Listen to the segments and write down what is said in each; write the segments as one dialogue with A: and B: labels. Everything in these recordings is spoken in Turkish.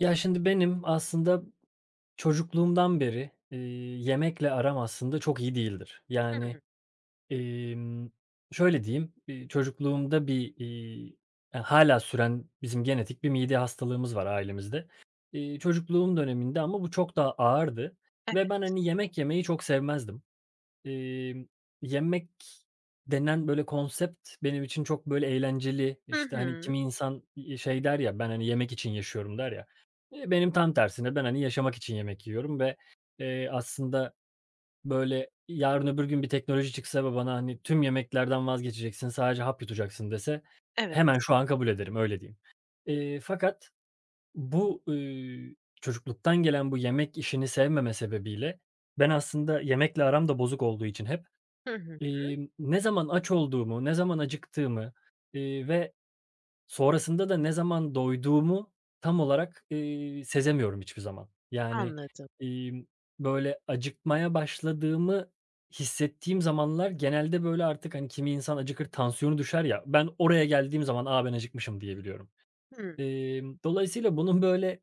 A: Ya, şimdi benim aslında çocukluğumdan beri, yemekle aram aslında çok iyi değildir. Yani,
B: Hımm,
A: emm, şöyle diyeyim, çocukluğumda bir, ya, hâlâ süren bizim genetik bir mide hastalığımız var ailemizde. Çocukluğum döneminde ama bu çok daha ağırdı ve ben,
B: evet.
A: hani, yemek yemeyi çok sevmezdim. Emm, Yemek denen, böyle, konsept benim için çok, böyle, eğlenceli.
B: Hı
A: İşte, hani,
B: hı.
A: kimi insan, şey der ya, "Ben, hani, yemek için yaşıyorum," der ya. Benim tam tersine ben, hani, yaşamak için yemek yiyorum ve, aslında, böyle, yarın öbür gün bir teknoloji çıksa ve bana, hani, "Tüm yemeklerden vazgeçeceksin, sadece hap yutacaksın," dese
B: Evet.
A: hemen şu an kabul ederim, öyle diyeyim. Fakat bu, çocukluktan gelen bu yemek işini sevmeme sebebiyle ben aslında yemekle aram da bozuk olduğu için hep
B: Hı hı.
A: Ne zaman aç olduğumu, ne zaman acıktığımı, ve sonrasında da ne zaman doyduğumu tam olarak, sezemiyorum hiçbir zaman. Yani,
B: Anladım.
A: imm, böyle acıkmaya başladığımı hissettiğim zamanlar genelde böyle artık, hani, kimi insan acıkır, tansiyonu düşer ya, ben oraya geldiğim zaman, "A, ben acıkmışım," diyebiliyorum.
B: Hımm,
A: Dolayısıyla bunun böyle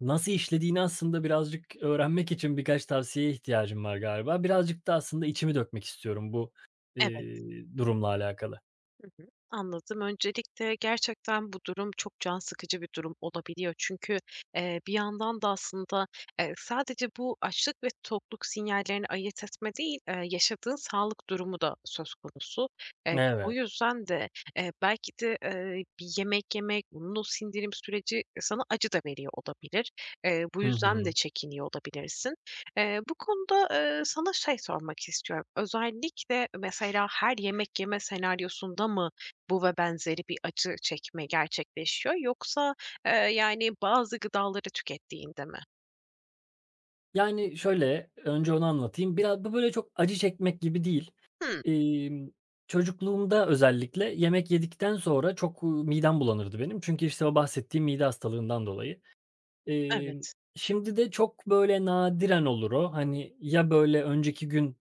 A: nasıl işlediğini aslında birazcık öğrenmek için birkaç tavsiyeye ihtiyacım var galiba. Birazcık da aslında içimi dökmek istiyorum bu,
B: evet.
A: durumla alakalı.
B: Hı hı. Anladım. Öncelikle gerçekten bu durum çok can sıkıcı bir durum olabiliyor. Çünkü, bir yandan da aslında, sadece bu açlık ve tokluk sinyallerini ayırt etme değil, yaşadığın sağlık durumu da söz konusu. O
A: Evet.
B: yüzden de, belki de, bir yemek yemek, bunun o sindirim süreci sana acı da veriyor olabilir. Bu
A: Hı
B: yüzden de
A: hı.
B: çekiniyor olabilirsin. Bu konuda, sana şey sormak istiyorum. Özellikle mesela her yemek yeme senaryosunda mı bu ve benzeri bir acı çekme gerçekleşiyor yoksa, yani, bazı gıdaları tükettiğinde mi?
A: Yani şöyle, önce onu anlatayım. Biraz bu böyle çok acı çekmek gibi değil.
B: Hımm,
A: Emm, Çocukluğumda özellikle yemek yedikten sonra çok, midem bulanırdı benim. Çünkü işte o bahsettiğim mide hastalığından dolayı. Emm,
B: evet.
A: Şimdi de çok böyle nadiren olur o. Hani, ya böyle önceki gün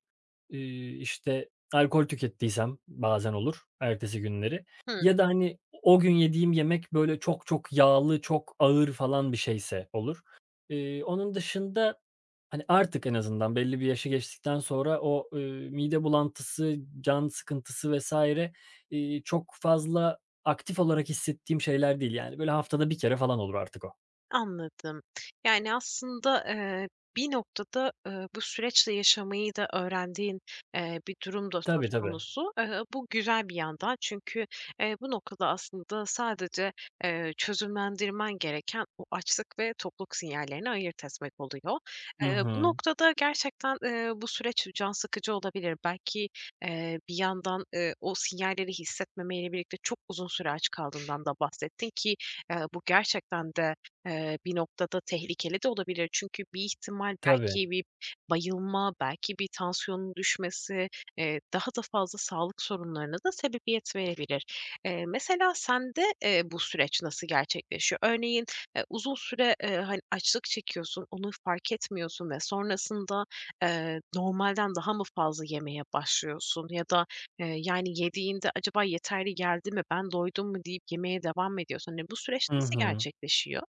A: İşte, alkol tükettiysem bazen olur ertesi günleri ya da, hani, o gün yediğim yemek, böyle, çok çok yağlı, çok ağır falan bir şeyse olur. Onun dışında, hani, artık en azından belli bir yaşı geçtikten sonra o, mide bulantısı, can sıkıntısı vs. Çok fazla aktif olarak hissettiğim şeyler değil. Yani, böyle, haftada bir kere falan olur artık o.
B: Anladım. Yani, aslında, bir noktada, bu süreçle yaşamayı da öğrendiğin, bir durum da söz
A: Tabii, tabii.
B: konusu. Bu güzel bir yandan çünkü, bu noktada aslında sadece, çözümlendirmen gereken o açlık ve tokluk sinyallerini ayırt etmek oluyor.
A: Hı
B: Bu
A: hı.
B: noktada gerçekten, bu süreç can sıkıcı olabilir. Belki, bir yandan, o sinyalleri hissetmemeyle birlikte çok uzun süre aç kaldığından da bahsettin ki, bu gerçekten de bir noktada tehlikeli de olabilir. Çünkü bir ihtimal
A: Tabii.
B: belki bir bayılma, belki bir tansiyonun düşmesi, daha da fazla sağlık sorunlarına da sebebiyet verebilir. Mesela sende, bu süreç nasıl gerçekleşiyor? Örneğin, uzun süre, hani, açlık çekiyorsun, onu fark etmiyorsun ve sonrasında, normalden daha mı fazla yemeye başlıyorsun ya da, yani, yediğinde acaba yeterli geldi mi, ben doydum mu deyip yemeye devam mı ediyorsun? Hani, bu süreç
A: Hı
B: nasıl
A: hı.
B: gerçekleşiyor?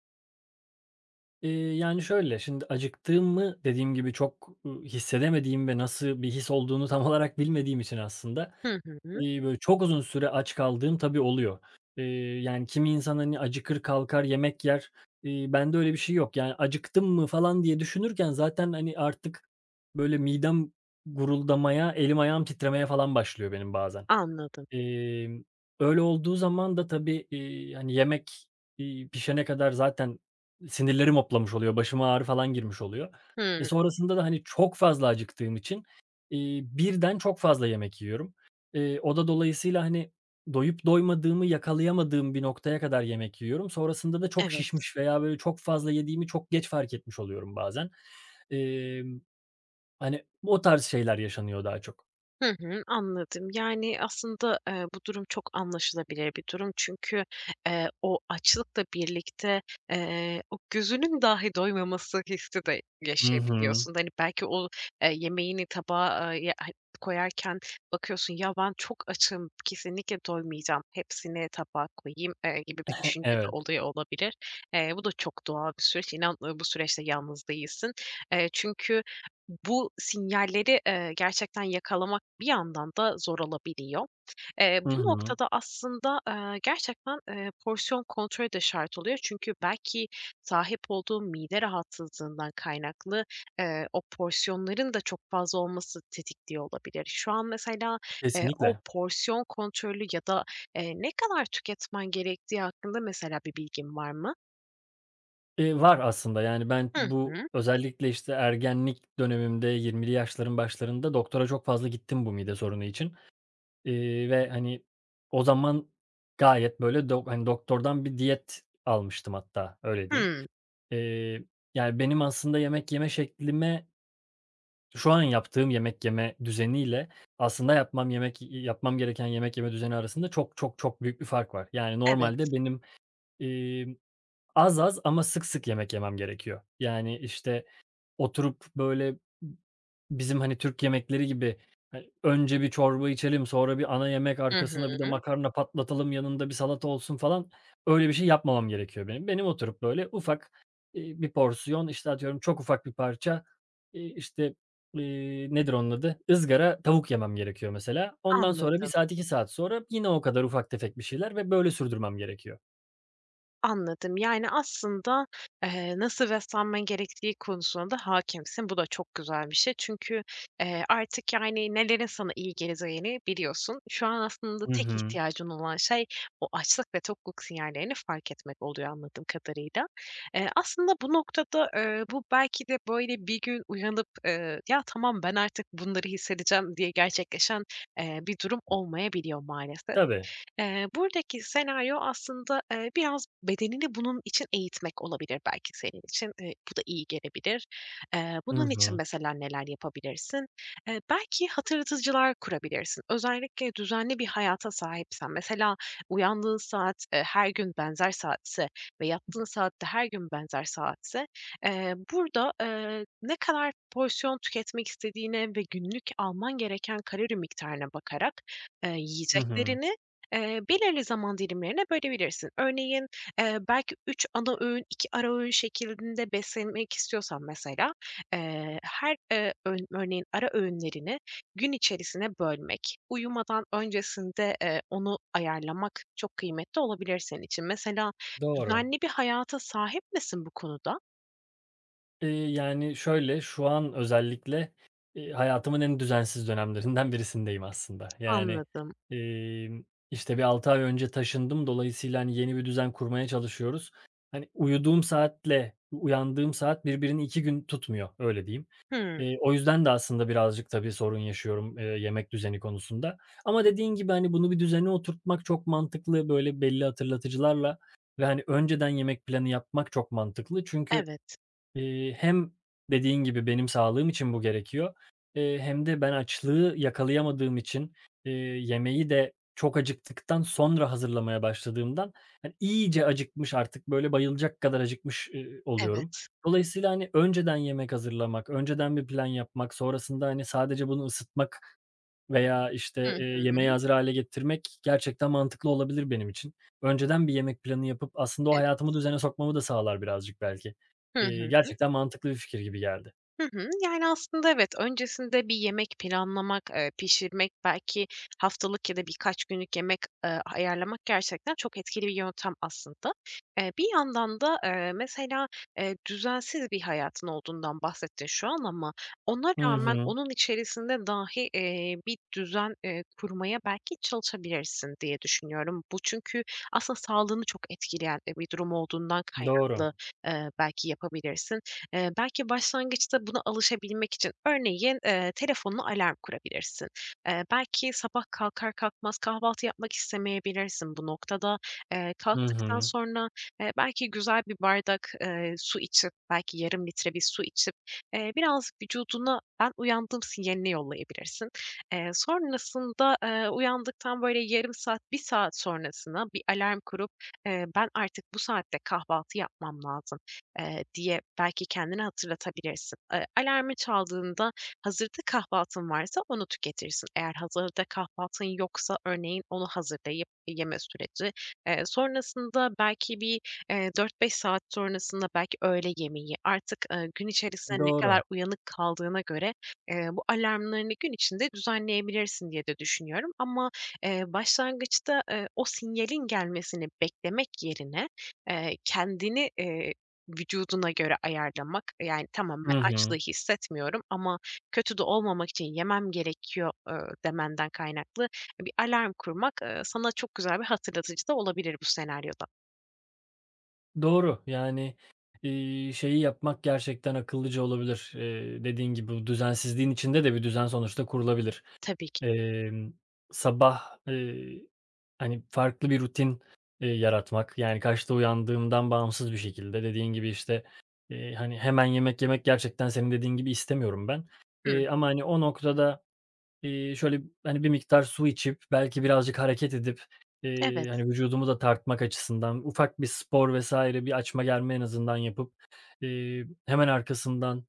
A: Yani, şöyle, şimdi acıktığımı dediğim gibi çok, hissedemediğim ve nasıl bir his olduğunu tam olarak bilmediğim için aslında,
B: Hı hı.
A: böyle, çok uzun süre aç kaldığım tabii oluyor. Eee, Yani, kimi insan, hani, acıkır kalkar yemek yer. Bende öyle bir şey yok. Yani, acıktım mı falan diye düşünürken zaten, hani, artık, böyle, midem guruldamaya, elim ayağım titremeye falan başlıyor benim bazen.
B: Anladım.
A: Emm, Öyle olduğu zaman da tabii, hani, yemek, pişene kadar zaten sinirlerim hoplamış oluyor, başıma ağrı falan girmiş oluyor.
B: Hımm,
A: Sonrasında da, hani, çok fazla acıktığım için, birden çok fazla yemek yiyorum. O da dolayısıyla, hani, doyup doymadığımı yakalayamadığım bir noktaya kadar yemek yiyorum. Sonrasında da çok
B: evet.
A: şişmiş veya böyle çok fazla yediğimi çok geç fark etmiş oluyorum bazen. Emm, Hani, o tarz şeyler yaşanıyor daha çok.
B: Hı hı, anladım. Yani, aslında, bu durum çok anlaşılabilir bir durum. Çünkü, o açlıkla birlikte, o gözünün dahi doymaması hissi de
A: Hı hı.
B: yaşayabiliyorsun. Hani, belki o, yemeğini tabağa, ya koyarken bakıyorsun, "Ya, ben çok açım, kesinlikle doymayacağım, hepsini tabağa koyayım." Gibi bir düşünce de
A: Evet.
B: oluyor olabilir. Bu da çok doğal bir süreç. İnan, bu süreçte yalnız değilsin. Çünkü, bu sinyalleri, gerçekten yakalamak bir yandan da zor olabiliyor. Eee,
A: Hı
B: bu
A: hı.
B: noktada aslında, gerçekten, porsiyon kontrolü de şart oluyor. Çünkü belki sahip olduğu mide rahatsızlığından kaynaklı, o porsiyonların da çok fazla olması tetikliyor olabilir. Şu an mesela, o
A: Kesinlikle.
B: porsiyon kontrolü ya da, ne kadar tüketmen gerektiği hakkında mesela bir bilgin var mı?
A: Var aslında. Yani, ben
B: Hı
A: bu
B: hı.
A: özellikle, işte, ergenlik dönemimde 20'li yaşların başlarında doktora çok fazla gittim bu mide sorunu için, ve, hani, o zaman gayet, böyle, hani, doktordan bir diyet almıştım hatta, öyle diyeyim.
B: Hımm.
A: Eee, Yani, benim aslında yemek yeme şeklime şu an yaptığım yemek yeme düzeniyle aslında yemek yapmam gereken yemek yeme düzeni arasında çok, çok, çok büyük bir fark var. Yani,
B: Evet.
A: normalde benim, emm, az az ama sık sık yemek yemem gerekiyor. Yani, işte oturup, böyle, bizim, hani, Türk yemekleri gibi, hani, önce bir çorba içelim, sonra bir ana yemek,
B: Hı
A: arkasına
B: hı.
A: bir de makarna patlatalım, yanında bir salata olsun falan, öyle bir şey yapmamam gerekiyor benim. Benim oturup, böyle, ufak, bir porsiyon, işte, atıyorum çok ufak bir parça, işte, nedir onun adı? Izgara tavuk yemem gerekiyor mesela. Ondan sonra bir
B: Anladım.
A: saat, 2 saat sonra yine o kadar ufak tefek bir şeyler ve böyle sürdürmem gerekiyor.
B: Anladım. Yani, aslında, nasıl beslenmen gerektiği konusunda da hakimsin. Bu da çok güzel bir şey. Çünkü, artık, yani, nelerin sana iyi geleceğini biliyorsun. Şu an aslında
A: Hı
B: tek
A: hı.
B: ihtiyacın olan şey o açlık ve tokluk sinyallerini fark etmek oluyor anladığım kadarıyla. Aslında bu noktada, bu belki de, böyle, bir gün uyanıp, "Ya, tamam, ben artık bunları hissedeceğim." diye gerçekleşen, bir durum olmayabiliyor maalesef.
A: Tabii.
B: Buradaki senaryo aslında, biraz bedenini bunun için eğitmek olabilir belki senin için. Bu da iyi gelebilir. Eee,
A: Hı
B: bunun için
A: hı.
B: mesela neler yapabilirsin? Belki hatırlatıcılar kurabilirsin. Özellikle düzenli bir hayata sahipsen, mesela uyandığın saat, her gün benzer saatse ve yattığın saat de her gün benzer saatse, burada, ne kadar porsiyon tüketmek istediğine ve günlük alman gereken kalori miktarına bakarak,
A: Hı hı.
B: yiyeceklerini belirli zaman dilimlerine bölebilirsin. Örneğin, belki 3 ana öğün, 2 ara öğün şeklinde beslenmek istiyorsan mesela, her, öğün örneğin ara öğünlerini gün içerisine bölmek, uyumadan öncesinde, onu ayarlamak çok kıymetli olabilir senin için. Mesela
A: Doğru.
B: düzenli bir hayata sahip misin bu konuda?
A: Yani, şöyle, şu an özellikle, hayatımın en düzensiz dönemlerinden birisindeyim aslında. Yani,
B: Anladım.
A: emm, işte, bir 6 ay önce taşındım. Dolayısıyla, hani, yeni bir düzen kurmaya çalışıyoruz. Hani, uyuduğum saatle uyandığım saat birbirini 2 gün tutmuyor, öyle diyeyim.
B: Hımm.
A: O yüzden de aslında birazcık tabii sorun yaşıyorum, yemek düzeni konusunda. Ama dediğin gibi, hani, bunu bir düzene oturtmak çok mantıklı. Böyle belli hatırlatıcılarla ve, hani, önceden yemek planı yapmak çok mantıklı. Çünkü
B: Evet,
A: Hem dediğin gibi benim sağlığım için bu gerekiyor, hem de ben açlığı yakalayamadığım için, yemeği de çok acıktıktan sonra hazırlamaya başladığımdan, hani, iyice acıkmış artık böyle bayılacak kadar acıkmış, oluyorum.
B: evet.
A: Dolayısıyla, hani, önceden yemek hazırlamak, önceden bir plan yapmak, sonrasında, hani, sadece bunu ısıtmak veya,
B: Hı
A: işte,
B: hı.
A: yemeği hazır hâle getirmek gerçekten mantıklı olabilir benim için. Önceden bir yemek planı yapıp aslında o
B: Evet.
A: hayatımı düzene sokmamı da sağlar birazcık belki.
B: Hı hı.
A: Gerçekten mantıklı bir fikir gibi geldi.
B: Hı hı. Yani, aslında evet, öncesinde bir yemek planlamak, pişirmek, belki haftalık ya da birkaç günlük yemek, ayarlamak gerçekten çok etkili bir yöntem aslında. Bir yandan da, mesela, düzensiz bir hayatın olduğundan bahsettin şu an ama ona
A: Hı
B: rağmen
A: hı.
B: onun içerisinde dahi, bir düzen, kurmaya belki çalışabilirsin diye düşünüyorum. Bu çünkü aslında sağlığını çok etkileyen, bir durum olduğundan
A: Doğru.
B: kaynaklı, belki yapabilirsin. Belki başlangıçta buna alışabilmek için örneğin, telefonuna alarm kurabilirsin. Belki sabah kalkar kalkmaz kahvaltı yapmak istemeyebilirsin bu noktada. Eee,
A: Hı
B: kalktıktan
A: hı.
B: sonra, belki güzel bir bardak, su içip, belki yarım litre bir su içip, biraz vücuduna "Ben uyandım." sinyalini yollayabilirsin. Sonrasında, uyandıktan böyle yarım saat, bir saat sonrasına bir alarm kurup, "Ben artık bu saatte kahvaltı yapmam lazım." Diye belki kendine hatırlatabilirsin. Alarmı çaldığında hazırda kahvaltın varsa onu tüketirsin. Eğer hazırda kahvaltın yoksa örneğin onu hazırlayıp yeme süreci. Sonrasında belki bir, 4-5 saat sonrasında belki öğle yemeği, artık, gün içerisinde ne
A: Doğru.
B: kadar uyanık kaldığına göre, bu alarmlarını gün içinde düzenleyebilirsin diye de düşünüyorum. Ama, başlangıçta, o sinyalin gelmesini beklemek yerine, kendini, vücuduna göre ayarlamak. Yani, tamam,
A: Hı
B: ben açlığı
A: hı.
B: hissetmiyorum ama kötü de olmamak için yemem gerekiyor, demenden kaynaklı bir alarm kurmak, sana çok güzel bir hatırlatıcı da olabilir bu senaryoda.
A: Doğru. Yani, şeyi yapmak gerçekten akıllıca olabilir. Dediğin gibi bu düzensizliğin içinde de bir düzen sonuçta kurulabilir.
B: Tabii ki.
A: Emm, Sabah, hani, farklı bir rutin, yaratmak, yani, kaçta uyandığımdan bağımsız bir şekilde dediğin gibi, işte, hani, hemen yemek yemek gerçekten senin dediğin gibi istemiyorum ben.
B: Hı,
A: Ama, hani, o noktada şöyle, hani, bir miktar su içip, belki birazcık hareket edip,
B: evet.
A: hani, vücudumu da tartmak açısından ufak bir spor vs. bir açma germe en azından yapıp, hemen arkasından,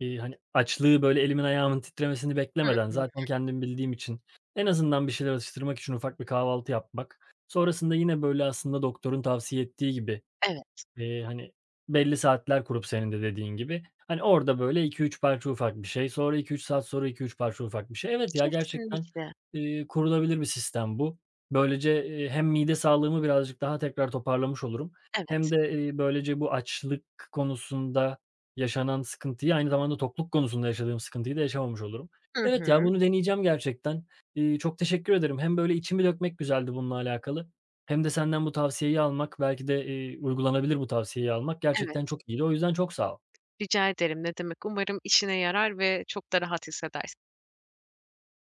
A: hani, açlığı, böyle, elimin ayağımın titremesini
B: Hı
A: beklemeden
B: hı.
A: zaten kendim bildiğim için en azından bir şeyler atıştırmak için ufak bir kahvaltı yapmak. Sonrasında yine, böyle, aslında doktorun tavsiye ettiği gibi,
B: Evet,
A: Hani, belli saatler kurup senin de dediğin gibi, hani, orada böyle iki üç parça ufak bir şey, sonra iki üç saat sonra iki üç parça ufak bir şey. Evet ya, gerçekten,
B: kesinlikle.
A: kurulabilir bir sistem bu. Böylece, hem mide sağlığımı birazcık daha tekrar toparlamış olurum hem
B: Evet.
A: de, böylece bu açlık konusunda yaşanan sıkıntıyı, aynı zamanda tokluk konusunda yaşadığım sıkıntıyı da yaşamamış olurum.
B: Hı
A: Evet ya,
B: hı.
A: bunu deneyeceğim gerçekten. Çok teşekkür ederim. Hem böyle içimi dökmek güzeldi bununla alakalı hem de senden bu tavsiyeyi almak, belki de, uygulanabilir bu tavsiyeyi almak gerçekten
B: Evet.
A: çok iyiydi. O yüzden çok sağ ol.
B: Rica ederim, ne demek. Umarım işine yarar ve çok da rahat hissedersin.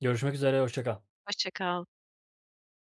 A: Görüşmek üzere, hoşça kal.
B: Hoşça kal.